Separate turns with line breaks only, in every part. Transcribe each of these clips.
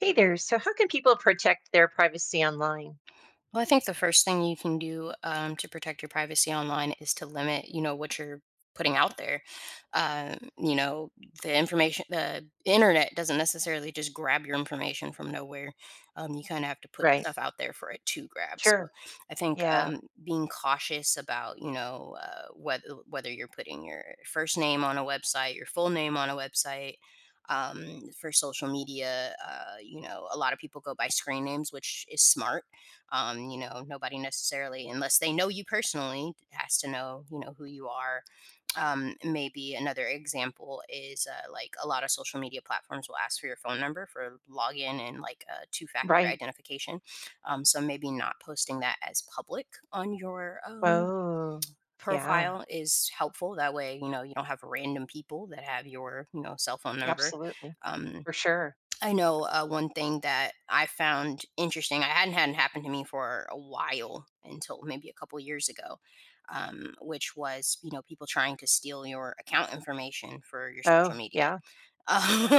Hey there. So, how can people protect their privacy online?
Well, I think the first thing you can do to protect your privacy online is to limit, you know, what you're putting out there. Um, you know, the information, the internet doesn't necessarily just grab your information from nowhere. You kind of have to put
Right.
stuff out there for it to grab. So,
Sure.
I think
Yeah.
being cautious about, you know, whether you're putting your first name on a website, your full name on a website. For social media, you know, a lot of people go by screen names, which is smart, you know, nobody necessarily, unless they know you personally, has to know, you know, who you are. Maybe another example is like a lot of social media platforms will ask for your phone number for login and like a two factor
Right.
identification. So maybe not posting that as public on your
Oh, yeah.
profile is helpful. That way, you know, you don't have random people that have your, you know, cell phone number.
Absolutely.
Um,
For sure.
I know one thing that I found interesting. I hadn't happened to me for a while until maybe a couple years ago, which was, you know, people trying to steal your account information for your social
Oh,
media.
yeah.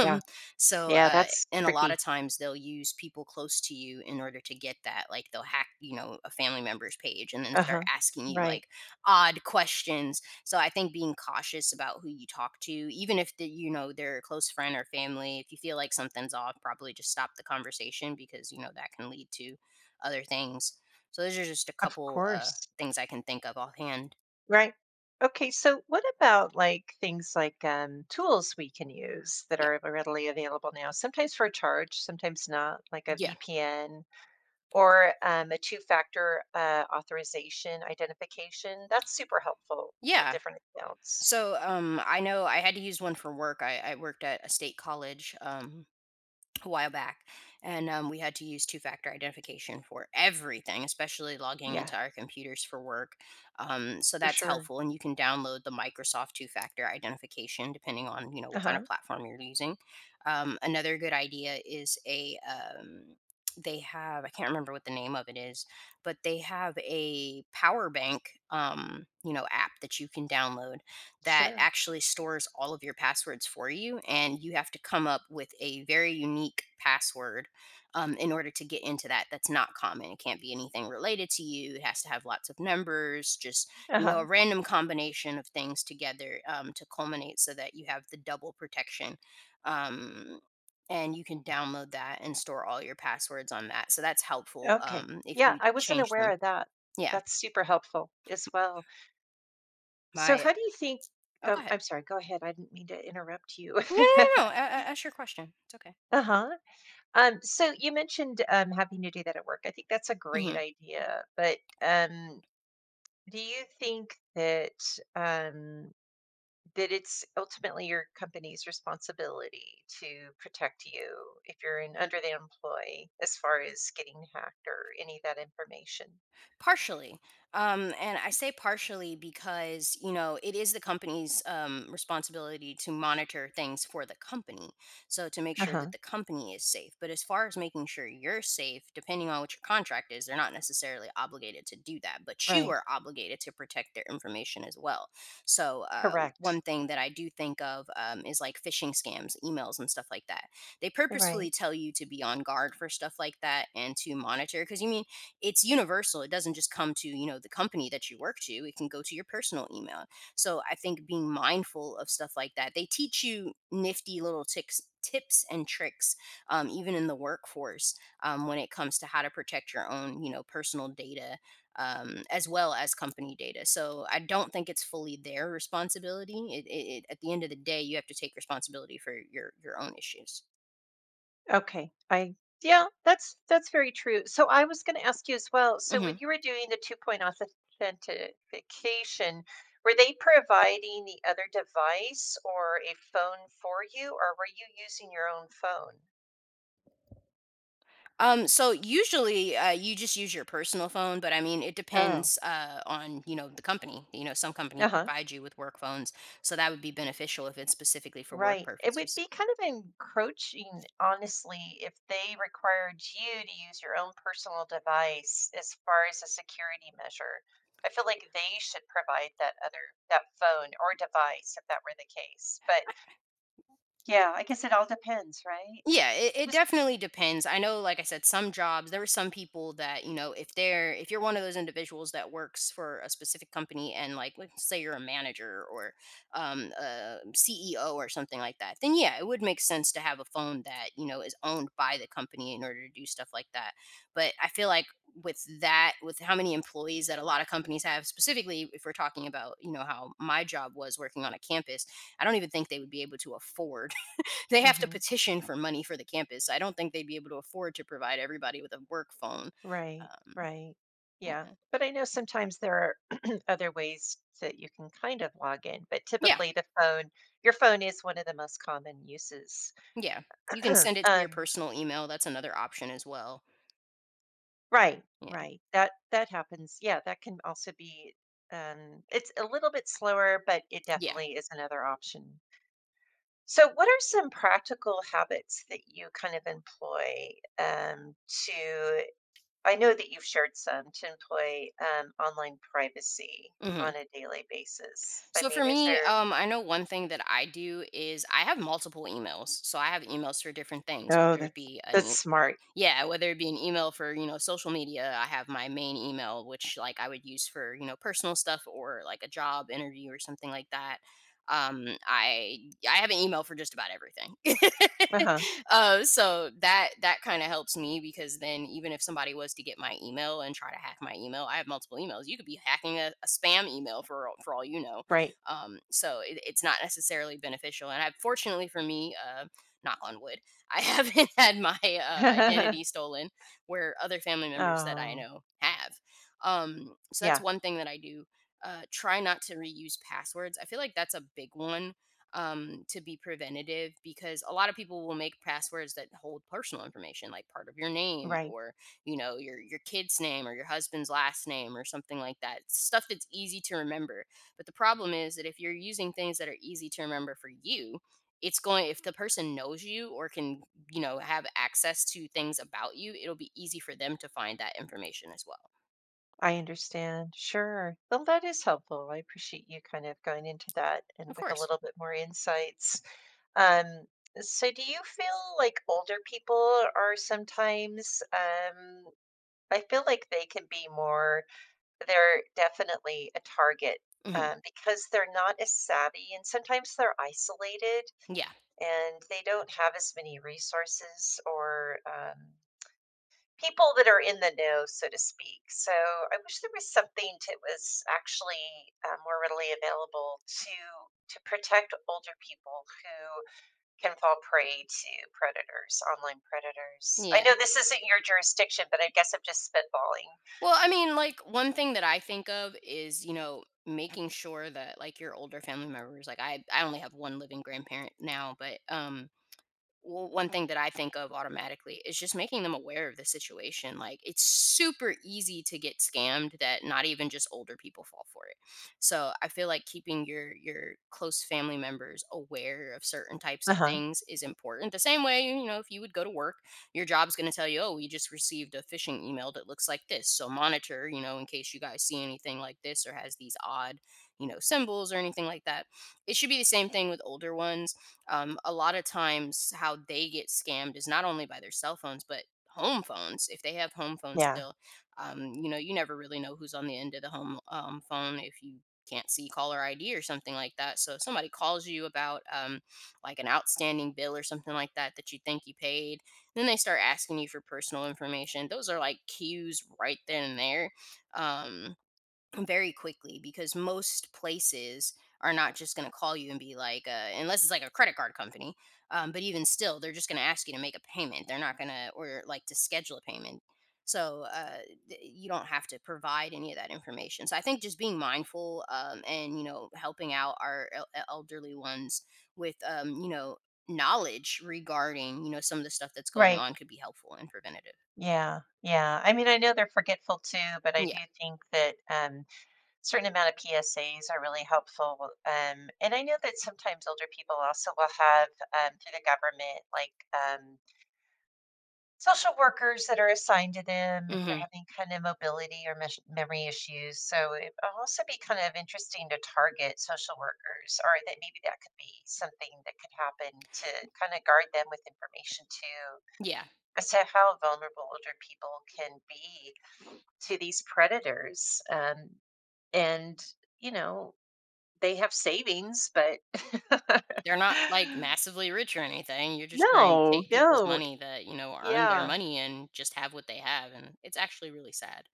Yeah.
so,
Yeah,
uh,
that's
and a lot
tricky.
of times they'll use people close to you in order to get that. Like they'll hack, you know, a family member's page and then
Uh
start
huh.
asking you
Right.
like odd questions. So I think being cautious about who you talk to, even if, they're a close friend or family, if you feel like something's off, probably just stop the conversation because, you know, that can lead to other things. So those are just a
Of
couple
course.
things I can think of offhand.
Right. Okay. So, what about like things like tools we can use that
Yeah.
are readily available now? Sometimes for a charge, sometimes not, like a
Yeah.
VPN or a two-factor authorization identification. That's super helpful with
Yeah.
different accounts.
So I know I had to use one for work. I worked at a state college, a while back, and we had to use two factor identification for everything, especially logging
Yeah,
into our computers for work. So
for
that's
sure.
helpful, and you can download the Microsoft two factor identification depending on, you know, what kind
Uh-huh.
of platform you're using. Another good idea is a they have, I can't remember what the name of it is, but they have a power bank you know, app that you can download that
Sure.
actually stores all of your passwords for you, and you have to come up with a very unique password in order to get into that. That's not common. It can't be anything related to you. It has to have lots of numbers, just, you know,
Uh-huh.
a random combination of things together to culminate so that you have the double protection. Um, and you can download that and store all your passwords on that. So that's helpful,
Okay.
if
Yeah,
you
I wasn't
change
aware
them.
of that.
Yeah.
That's super helpful as well. So
My,
how do you think
oh, go ahead.
I'm sorry, go ahead. I didn't mean to interrupt you.
No, no, no, no. Ask your question. It's okay.
Uh-huh. So you mentioned having to do that at work. I think that's a great idea, but do you think um that it's ultimately your company's responsibility to protect you if you're in under the employ as far as getting hacked or any of that information.
Partially. And I say partially because, you know, it is the company's responsibility to monitor things for the company. So to make sure
Uh-huh.
that the company is safe. But as far as making sure you're safe, depending on what your contract is, they're not necessarily obligated to do that, but you
Right.
are obligated to protect their information as well. So uh, One
Correct.
thing that I do think of, is like phishing scams, emails, and stuff like that. They
Right.
purposefully tell you to be on guard for stuff like that and to monitor because you mean it's universal. It doesn't just come to, you know, the company that you work to. It can go to your personal email. So I think being mindful of stuff like that, they teach you nifty little ticks, tips and tricks, even in the workforce, when it comes to how to protect your own, you know, personal data, as well as company data. So I don't think it's fully their responsibility. At the end of the day, you have to take responsibility for your own issues.
Okay. I Yeah, that's very true. So I was going to ask you as well. So when
Mhm.
you were doing the two-point authentication, were they providing the other device or a phone for you, or were you using your own phone?
So usually you just use your personal phone, but I mean, it
Oh.
depends on, you know, the company. You know, some companies
Uh-huh.
provide you with work phones, so that would be beneficial if it's specifically for work
Right. It would
purposes.
be kind of encroaching, honestly, if they required you to use your own personal device as far as a security measure. I feel like they should provide that phone or device if that were the case. But yeah, I guess it all depends, right?
Yeah, it
Who's
definitely depends. I know, like I said, some jobs, there are some people that, you know, if they're, if you're one of those individuals that works for a specific company and like, let's say you're a manager or a CEO or something like that, then yeah, it would make sense to have a phone that, you know, is owned by the company in order to do stuff like that. But I feel like with that, with how many employees that a lot of companies have, specifically if we're talking about, you know, how my job was working on a campus, I don't even think they would be able to afford, they have to
hmm
petition for money for the campus. I don't think they'd be able to afford to provide everybody with a work phone.
Right,
Um,
right. Yeah.
yeah.
But I know sometimes there are other ways that you can kind of log in, but
Yeah,
typically your phone is one of the most common uses.
yeah. You can send it to your
um
personal email. That's another option as well.
Right,
Yeah.
right. That that happens. Yeah, that can also be it's a little bit slower, but it
Yeah.
definitely is another option. So what are some practical habits that you kind of employ um to I know that you've shared some to employ online privacy
Mhm.
on a daily basis. I
So for
mean, is
me,
there—
I know one thing that I do is I have multiple emails. So I have emails for different things,
Oh,
whether it be
that's
an,
smart.
yeah, whether it be an email for, you know, social media, I have my main email, which like I would use for, you know, personal stuff or like a job interview or something like that. I Yeah, I have an email for just about everything.
Uh-huh.
So that that kind of helps me because then even if somebody was to get my email and try to hack my email, I have multiple emails. You could be hacking a spam email for for all you know.
Right.
So it's not necessarily beneficial. And I, fortunately for me, knock on wood. I haven't had my, identity stolen where other family members that I
Oh,
know have. So that's
yeah,
one thing that I do. Try not to reuse passwords. I feel like that's a big one, to be preventative because a lot of people will make passwords that hold personal information, like part of your name
right.
or, you know, your kid's name or your husband's last name or something like that. Stuff that's easy to remember. But the problem is that if you're using things that are easy to remember for you, it's going, if the person knows you or can, you know, have access to things about you, it'll be easy for them to find that information as well.
I understand. Sure. Well, that is helpful. I appreciate you kind of going into that and
Of
with a
course.
little bit more insights. Um, so, do you feel like older people are sometimes, I feel like they can be more, they're definitely a target,
Hmm.
because they're not as savvy and sometimes they're isolated
Yeah.
and they don't have as many resources or, people that are in the know, so to speak. So I wish there was something that was actually more readily available to protect older people who can fall prey to predators, online predators. I know
Yeah.
this isn't your jurisdiction, but I guess I'm just spitballing.
Well, I mean, like one thing that I think of is, you know, making sure that like your older family members, like I only have one living grandparent now, but one thing that I think of automatically is just making them aware of the situation. Like it's super easy to get scammed that not even just older people fall for it. So I feel like keeping your close family members aware of certain types of
Uh-huh.
things is important. The same way, you know, if you would go to work, your job's going to tell you, "Oh, we just received a phishing email that looks like this." So monitor, you know, in case you guys see anything like this or has these odd, you know, symbols or anything like that. It should be the same thing with older ones, a lot of times, how they get scammed is not only by their cell phones, but home phones. If they have home phones
Yeah.
still, you know, you never really know who's on the end of the home phone if you can't see caller ID or something like that. So if somebody calls you about like an outstanding bill or something like that that you think you paid, then they start asking you for personal information. Those are like cues right then and there. Um, Very quickly because most places are not just going to call you and be like, unless it's like a credit card company. But even still, they're just going to ask you to make a payment. They're not going to, or like to schedule a payment. So you don't have to provide any of that information. So I think just being mindful, and, you know, helping out our elderly ones with, you know, knowledge regarding, you know, some of the stuff that's going
Right.
on could be helpful and preventative.
Yeah. Yeah. I mean, I know they're forgetful too, but I do
Yeah.
think that certain amount of PSAs are really helpful. And I know that sometimes older people also will have, through the government, like, social workers that are assigned to them if they're
Hmm.
having kind of mobility or memory issues. So it will also be kind of interesting to target social workers, or that maybe that could be something that could happen to kind of guard them with information too
Yeah.
as to how vulnerable older people can be to these predators. And you know they have savings, but
They're not, like, massively rich or anything, you're just trying to
No,
take people's
no.
money that, you know, earned their
Yeah,
money and just have what they have, and it's actually really sad.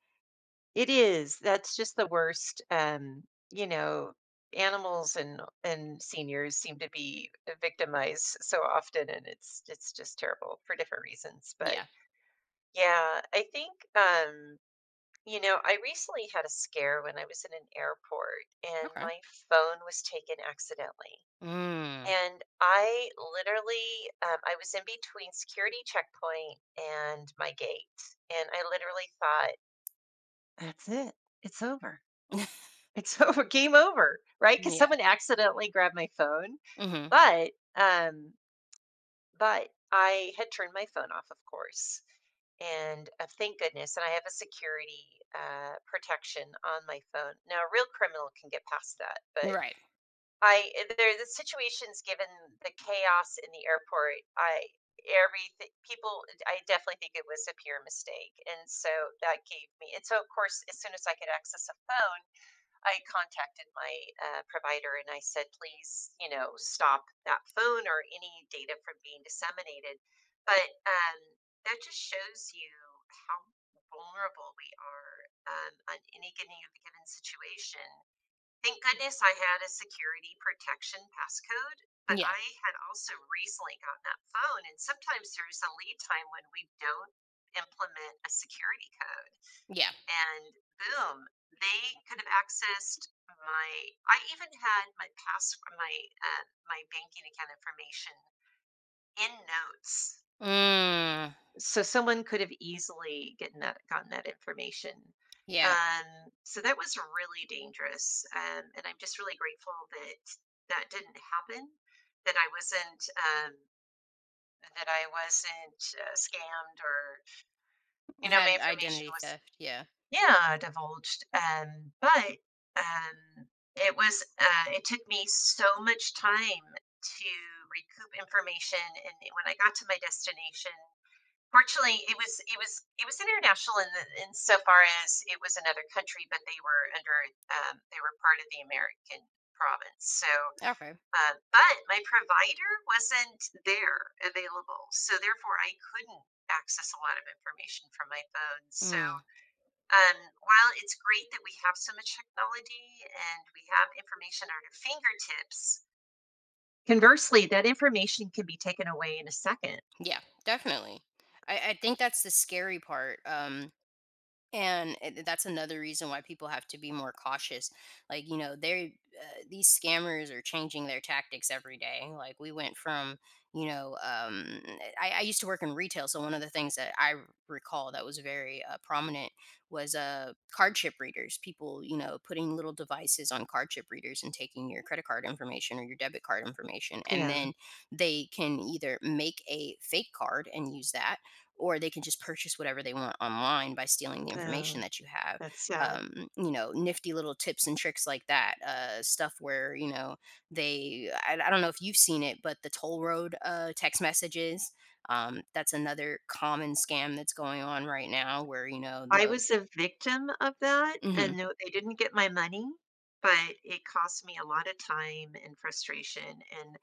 it is. That's just the worst, you know, animals and seniors seem to be victimized so often, and it's just terrible for different reasons. But
Yeah,
yeah, I think, you know, I recently had a scare when I was in an airport and
okay.
my phone was taken accidentally.
Mm.
And I literally, I was in between security checkpoint and my gate, and I literally thought, "That's it. It's over. It's over. Game over." Right? Because
Yeah,
someone accidentally grabbed my phone,
mhm.
but um, but I had turned my phone off, of course, and thank goodness. And I have a security protection on my phone. Now, a real criminal can get past that, but
Right.
I eh, there the situations given the chaos in the airport, I everything people I definitely think it was a pure mistake. And so that gave me and so of course as soon as I could access a phone, I contacted my provider and I said, please, you know, stop that phone or any data from being disseminated. But that just shows you how vulnerable we are, on any given situation. Thank goodness I had a security protection passcode, but
Yeah,
I had also recently gotten that phone, and sometimes there's a lead time when we don't implement a security code.
yeah.
And boom, they could have accessed my— I even had my pass, my my banking account information in notes,
Mm,
so someone could have easily gotten that information.
yeah,
So that was really dangerous, and I'm just really grateful that that didn't happen. That I wasn't um, that I wasn't scammed or, you know, my
had
information
identity
was,
theft, yeah.
yeah, divulged. But um, it was It took me so much time to recoup information, and when I got to my destination— Fortunately, it was international in the in so far as it was another country, but they were under, they were part of the American province. So,
Okay.
but my provider wasn't there available, so therefore I couldn't access a lot of information from my phone. So,
Mm,
um, while it's great that we have so much technology and we have information at our fingertips, conversely, that information can be taken away in a second.
yeah, definitely. I think that's the scary part, and that's another reason why people have to be more cautious, like, you know, they're, these scammers are changing their tactics every day, like we went from, you know, I used to work in retail, so one of the things that I recall that was very prominent was card chip readers, people, you know, putting little devices on card chip readers and taking your credit card information or your debit card information and
Yeah,
then they can either make a fake card and use that or they can just purchase whatever they want online by stealing the
no,
information that you have.
that's sad.
You know, nifty little tips and tricks like that. Stuff where, you know, I don't know if you've seen it, but the toll road, text messages. That's another common scam that's going on right now, where, you know,
I
the.
was a victim of that,
Mm-hmm,
and no, they didn't get my money, but it cost me a lot of time and frustration, and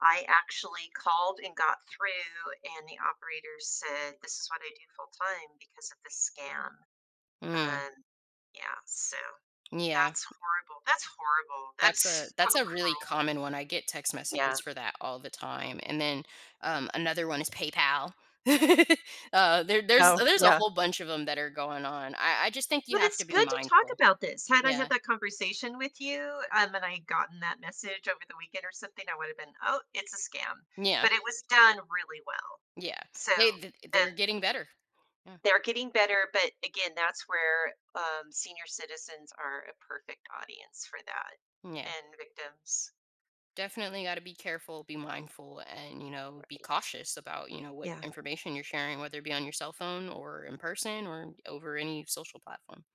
I actually called and got through, and the operator said, "This is what I do full time because of the scam."
mm,
Um, yeah, so
yeah.
that's horrible. That's horrible. That's
That's a,
so
that's a really
cruel.
common one, I get text
Yeah.
messages for that all the time, and then, another one is PayPal. There there's
Oh,
there's a
yeah.
whole bunch of them that are going on. I just think you
But
have
it's
to be
good to talk
mindful.
about this. Had I had
Yeah.
that conversation with you, and I had gotten that message over the weekend or something, I would have been, oh, it's a scam.
Yeah.
But it was done really well.
Yeah.
So,
They're
and—
getting better. Yeah.
They're getting better, but again, that's where, senior citizens are a perfect audience for that,
Yeah.
and victims.
Definitely gotta be careful, be mindful, and, you know, be
Right.
cautious about, you know, what
Yeah,
information you're sharing, whether it be on your cell phone or in person or over any social platform.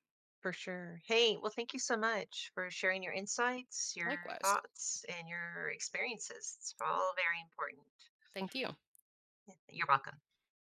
for sure. Hey, well, thank you so much for sharing your insights, your
Likewise.
thoughts, and your experiences. It's all very important.
Thank you.
You're welcome.